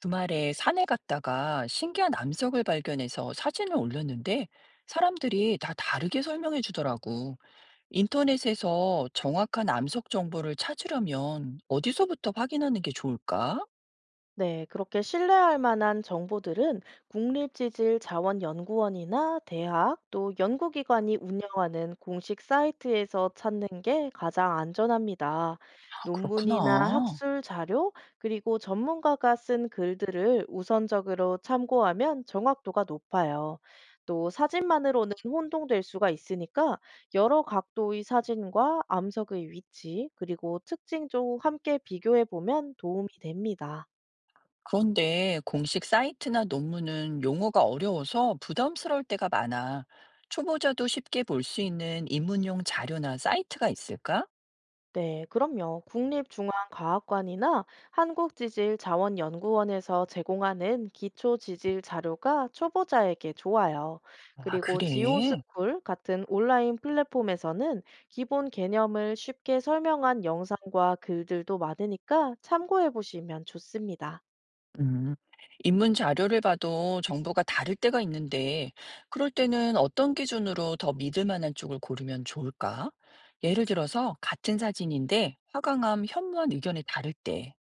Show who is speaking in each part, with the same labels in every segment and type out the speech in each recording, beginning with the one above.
Speaker 1: 주말에 산에 갔다가 신기한 암석을 발견해서 사진을 올렸는데 사람들이 다 다르게 설명해 주더라고. 인터넷에서 정확한 암석 정보를 찾으려면 어디서부터 확인하는 게 좋을까?
Speaker 2: 네, 그렇게 신뢰할 만한 정보들은 국립지질자원연구원이나 대학 또 연구기관이 운영하는 공식 사이트에서 찾는 게 가장 안전합니다.
Speaker 1: 아,
Speaker 2: 논문이나
Speaker 1: 그렇구나.
Speaker 2: 학술 자료, 그리고 전문가가 쓴 글들을 우선적으로 참고하면 정확도가 높아요. 또 사진만으로는 혼동될 수가 있으니까 여러 각도의 사진과 암석의 위치, 그리고 특징 좀 함께 비교해 보면 도움이 됩니다.
Speaker 1: 그런데 공식 사이트나 논문은 용어가 어려워서 부담스러울 때가 많아. 초보자도 쉽게 볼 수 있는 입문용 자료나 사이트가 있을까?
Speaker 2: 네, 그럼요. 국립중앙과학관이나 한국지질자원연구원에서 제공하는 기초 지질 자료가 초보자에게 좋아요.
Speaker 1: 아,
Speaker 2: 그리고
Speaker 1: 그래.
Speaker 2: 지오스쿨 같은 온라인 플랫폼에서는 기본 개념을 쉽게 설명한 영상과 글들도 많으니까 참고해 보시면 좋습니다.
Speaker 1: 음, 입문 자료를 봐도 정보가 다를 때가 있는데, 그럴 때는 어떤 기준으로 더 믿을 만한 쪽을 고르면 좋을까? 예를 들어서 같은 사진인데 화강암 혐오한 의견이 다를 때.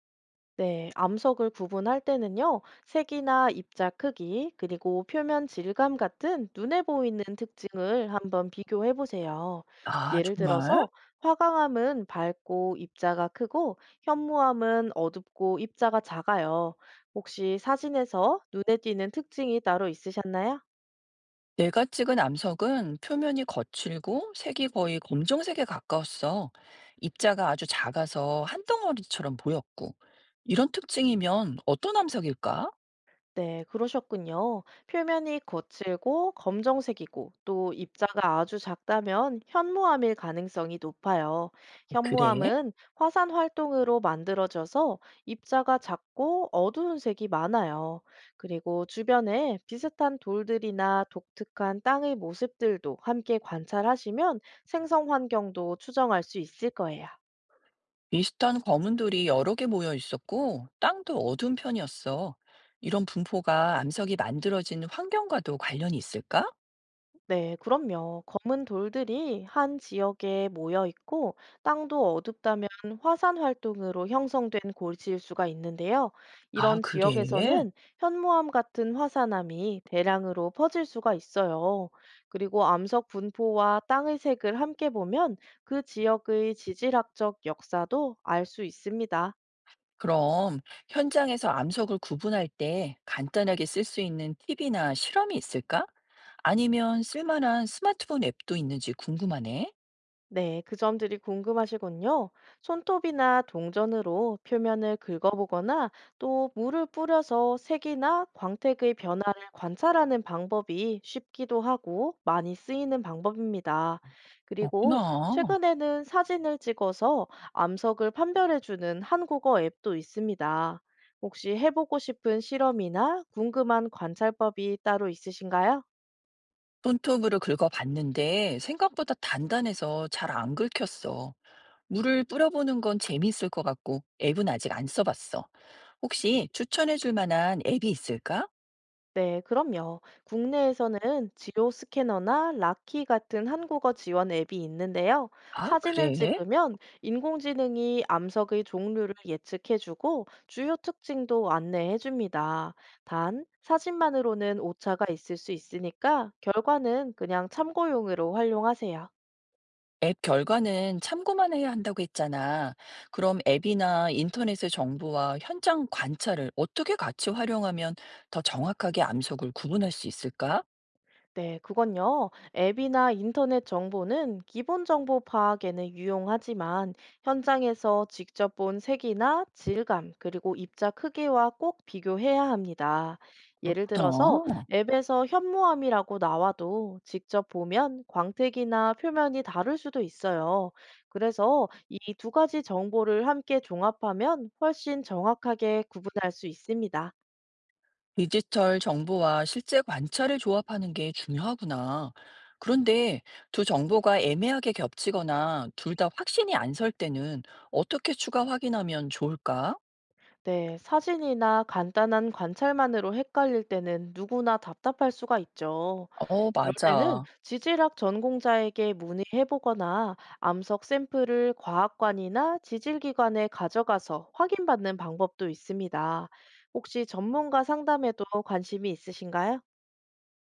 Speaker 2: 네, 암석을 구분할 때는요, 색이나 입자 크기, 그리고 표면 질감 같은 눈에 보이는 특징을 한번 비교해 보세요.
Speaker 1: 아,
Speaker 2: 예를
Speaker 1: 정말?
Speaker 2: 들어서, 화강암은 밝고 입자가 크고, 현무암은 어둡고 입자가 작아요. 혹시 사진에서 눈에 띄는 특징이 따로 있으셨나요?
Speaker 1: 내가 찍은 암석은 표면이 거칠고 색이 거의 검정색에 가까웠어. 입자가 아주 작아서 한 덩어리처럼 보였고. 이런 특징이면 어떤 암석일까?
Speaker 2: 네, 그러셨군요. 표면이 거칠고 검정색이고 또 입자가 아주 작다면 현무암일 가능성이 높아요.
Speaker 1: 그래?
Speaker 2: 현무암은 화산 활동으로 만들어져서 입자가 작고 어두운 색이 많아요. 그리고 주변에 비슷한 돌들이나 독특한 땅의 모습들도 함께 관찰하시면 생성 환경도 추정할 수 있을 거예요.
Speaker 1: 비슷한 거문돌이 여러 개 모여 있었고, 땅도 어두운 편이었어. 이런 분포가 암석이 만들어진 환경과도 관련이 있을까?
Speaker 2: 네, 그럼요. 검은 돌들이 한 지역에 모여 있고 땅도 어둡다면 화산 활동으로 형성된 골지일 수가 있는데요.
Speaker 1: 아,
Speaker 2: 이런
Speaker 1: 그래?
Speaker 2: 지역에서는 현무암 같은 화산암이 대량으로 퍼질 수가 있어요. 그리고 암석 분포와 땅의 색을 함께 보면 그 지역의 지질학적 역사도 알 수 있습니다.
Speaker 1: 그럼 현장에서 암석을 구분할 때 간단하게 쓸 수 있는 팁이나 실험이 있을까? 아니면 쓸만한 스마트폰 앱도 있는지 궁금하네.
Speaker 2: 네, 그 점들이 궁금하시군요. 손톱이나 동전으로 표면을 긁어보거나 또 물을 뿌려서 색이나 광택의 변화를 관찰하는 방법이 쉽기도 하고 많이 쓰이는 방법입니다. 그리고
Speaker 1: 그렇구나.
Speaker 2: 최근에는 사진을 찍어서 암석을 판별해주는 한국어 앱도 있습니다. 혹시 해보고 싶은 실험이나 궁금한 관찰법이 따로 있으신가요?
Speaker 1: 손톱으로 긁어봤는데 생각보다 단단해서 잘 안 긁혔어. 물을 뿌려보는 건 재미있을 것 같고 앱은 아직 안 써봤어. 혹시 추천해 줄 만한 앱이 있을까?
Speaker 2: 네, 그럼요. 국내에서는 지오 스캐너나 라키 같은 한국어 지원 앱이 있는데요.
Speaker 1: 아,
Speaker 2: 사진을
Speaker 1: 그래?
Speaker 2: 찍으면 인공지능이 암석의 종류를 예측해주고 주요 특징도 안내해줍니다. 단, 사진만으로는 오차가 있을 수 있으니까 결과는 그냥 참고용으로 활용하세요.
Speaker 1: 앱 결과는 참고만 해야 한다고 했잖아. 그럼 앱이나 인터넷의 정보와 현장 관찰을 어떻게 같이 활용하면 더 정확하게 암석을 구분할 수 있을까?
Speaker 2: 네, 그건요. 앱이나 인터넷 정보는 기본 정보 파악에는 유용하지만 현장에서 직접 본 색이나 질감, 그리고 입자 크기와 꼭 비교해야 합니다. 예를 들어서
Speaker 1: 그렇구나.
Speaker 2: 앱에서 현무암이라고 나와도 직접 보면 광택이나 표면이 다를 수도 있어요. 그래서 이 두 가지 정보를 함께 종합하면 훨씬 정확하게 구분할 수 있습니다.
Speaker 1: 디지털 정보와 실제 관찰을 조합하는 게 중요하구나. 그런데 두 정보가 애매하게 겹치거나 둘 다 확신이 안 설 때는 어떻게 추가 확인하면 좋을까?
Speaker 2: 네, 사진이나 간단한 관찰만으로 헷갈릴 때는 누구나 답답할 수가 있죠.
Speaker 1: 어,
Speaker 2: 이럴 때는
Speaker 1: 맞아.
Speaker 2: 지질학 전공자에게 문의해보거나 암석 샘플을 과학관이나 지질기관에 가져가서 확인받는 방법도 있습니다. 혹시 전문가 상담에도 관심이 있으신가요?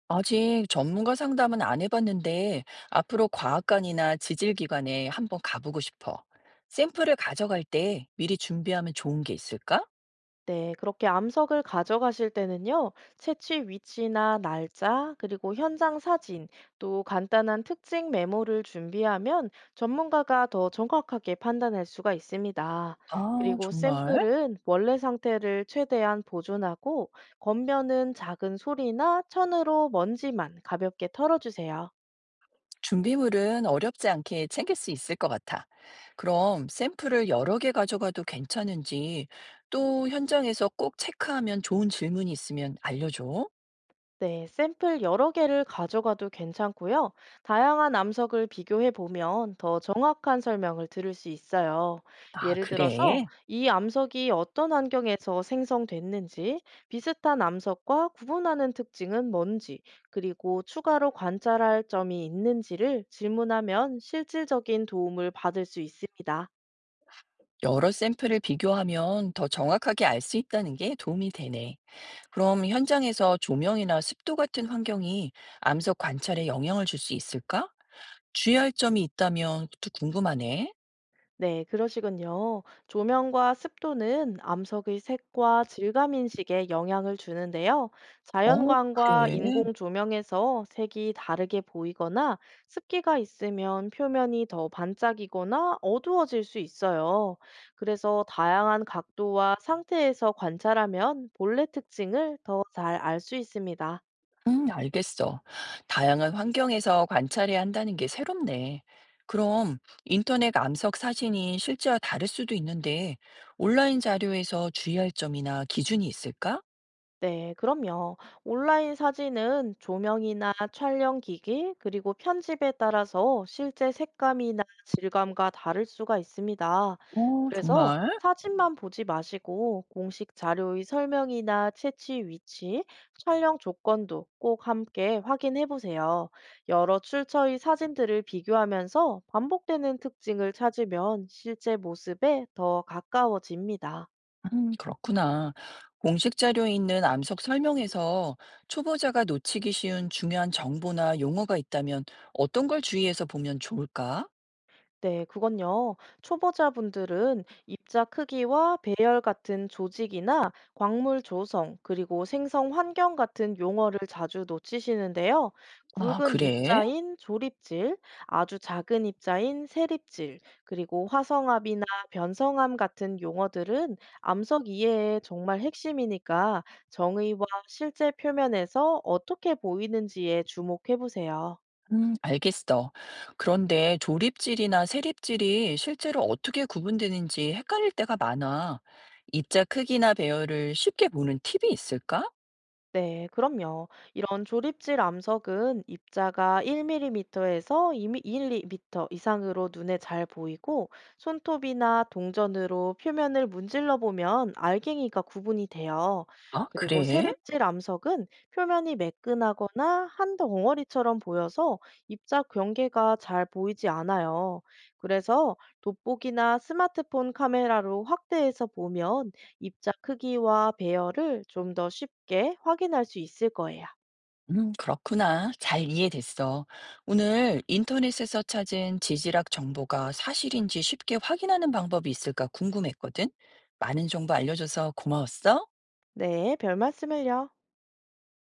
Speaker 1: 아직 전문가 상담은 안 해봤는데 앞으로 과학관이나 지질기관에 한번 가보고 싶어. 샘플을 가져갈 때 미리 준비하면 좋은 게 있을까?
Speaker 2: 네, 그렇게 암석을 가져가실 때는요, 채취 위치나 날짜, 그리고 현장 사진, 또 간단한 특징 메모를 준비하면 전문가가 더 정확하게 판단할 수가 있습니다.
Speaker 1: 아,
Speaker 2: 그리고
Speaker 1: 정말?
Speaker 2: 샘플은 원래 상태를 최대한 보존하고, 겉면은 작은 소리나 천으로 먼지만 가볍게 털어주세요.
Speaker 1: 준비물은 어렵지 않게 챙길 수 있을 것 같아. 그럼 샘플을 여러 개 가져가도 괜찮은지 또 현장에서 꼭 체크하면 좋은 질문이 있으면 알려줘.
Speaker 2: 네, 샘플 여러 개를 가져가도 괜찮고요. 다양한 암석을 비교해 보면 더 정확한 설명을 들을 수 있어요.
Speaker 1: 아,
Speaker 2: 예를 들어서
Speaker 1: 그래.
Speaker 2: 이 암석이 어떤 환경에서 생성됐는지, 비슷한 암석과 구분하는 특징은 뭔지, 그리고 추가로 관찰할 점이 있는지를 질문하면 실질적인 도움을 받을 수 있습니다.
Speaker 1: 여러 샘플을 비교하면 더 정확하게 알 수 있다는 게 도움이 되네. 그럼 현장에서 조명이나 습도 같은 환경이 암석 관찰에 영향을 줄 수 있을까? 주의할 점이 있다면 또 궁금하네.
Speaker 2: 네, 그러시군요. 조명과 습도는 암석의 색과 질감 인식에 영향을 주는데요.
Speaker 1: 어,
Speaker 2: 자연광과
Speaker 1: 그래.
Speaker 2: 인공 조명에서 색이 다르게 보이거나 습기가 있으면 표면이 더 반짝이거나 어두워질 수 있어요. 그래서 다양한 각도와 상태에서 관찰하면 본래 특징을 더 잘 알 수 있습니다.
Speaker 1: 알겠어. 다양한 환경에서 관찰해야 한다는 게 새롭네. 그럼 인터넷 암석 사진이 실제와 다를 수도 있는데, 온라인 자료에서 주의할 점이나 기준이 있을까?
Speaker 2: 네, 그럼요. 온라인 사진은 조명이나 촬영 기기, 그리고 편집에 따라서 실제 색감이나 질감과 다를 수가 있습니다.
Speaker 1: 어,
Speaker 2: 그래서
Speaker 1: 정말?
Speaker 2: 사진만 보지 마시고 공식 자료의 설명이나 채취 위치, 촬영 조건도 꼭 함께 확인해 보세요. 여러 출처의 사진들을 비교하면서 반복되는 특징을 찾으면 실제 모습에 더 가까워집니다.
Speaker 1: 그렇구나. 공식 자료에 있는 암석 설명에서 초보자가 놓치기 쉬운 중요한 정보나 용어가 있다면 어떤 걸 주의해서 보면 좋을까?
Speaker 2: 네, 그건요. 초보자분들은 입자 크기와 배열 같은 조직이나 광물 조성, 그리고 생성 환경 같은 용어를 자주 놓치시는데요.
Speaker 1: 아,
Speaker 2: 굵은
Speaker 1: 그래.
Speaker 2: 입자인 조립질, 아주 작은 입자인 세립질, 그리고 화성암이나 변성암 같은 용어들은 암석 이해의 정말 핵심이니까 정의와 실제 표면에서 어떻게 보이는지에 주목해 보세요.
Speaker 1: 알겠어. 그런데 조립질이나 세립질이 실제로 어떻게 구분되는지 헷갈릴 때가 많아. 입자 크기나 배열을 쉽게 보는 팁이 있을까?
Speaker 2: 네, 그럼요. 이런 조립질 암석은 입자가 1mm에서 2mm 이상으로 눈에 잘 보이고 손톱이나 동전으로 표면을 문질러 보면 알갱이가 구분이 돼요.
Speaker 1: 아,
Speaker 2: 그리고
Speaker 1: 그래?
Speaker 2: 세립질 암석은 표면이 매끈하거나 한 덩어리처럼 보여서 입자 경계가 잘 보이지 않아요. 그래서 돋보기나 스마트폰 카메라로 확대해서 보면 입자 크기와 배열을 좀 더 쉽게 확인할 수 있을 거예요.
Speaker 1: 그렇구나. 잘 이해됐어. 오늘 인터넷에서 찾은 지질학 정보가 사실인지 쉽게 확인하는 방법이 있을까 궁금했거든. 많은 정보 알려줘서 고마웠어.
Speaker 2: 네, 별 말씀을요.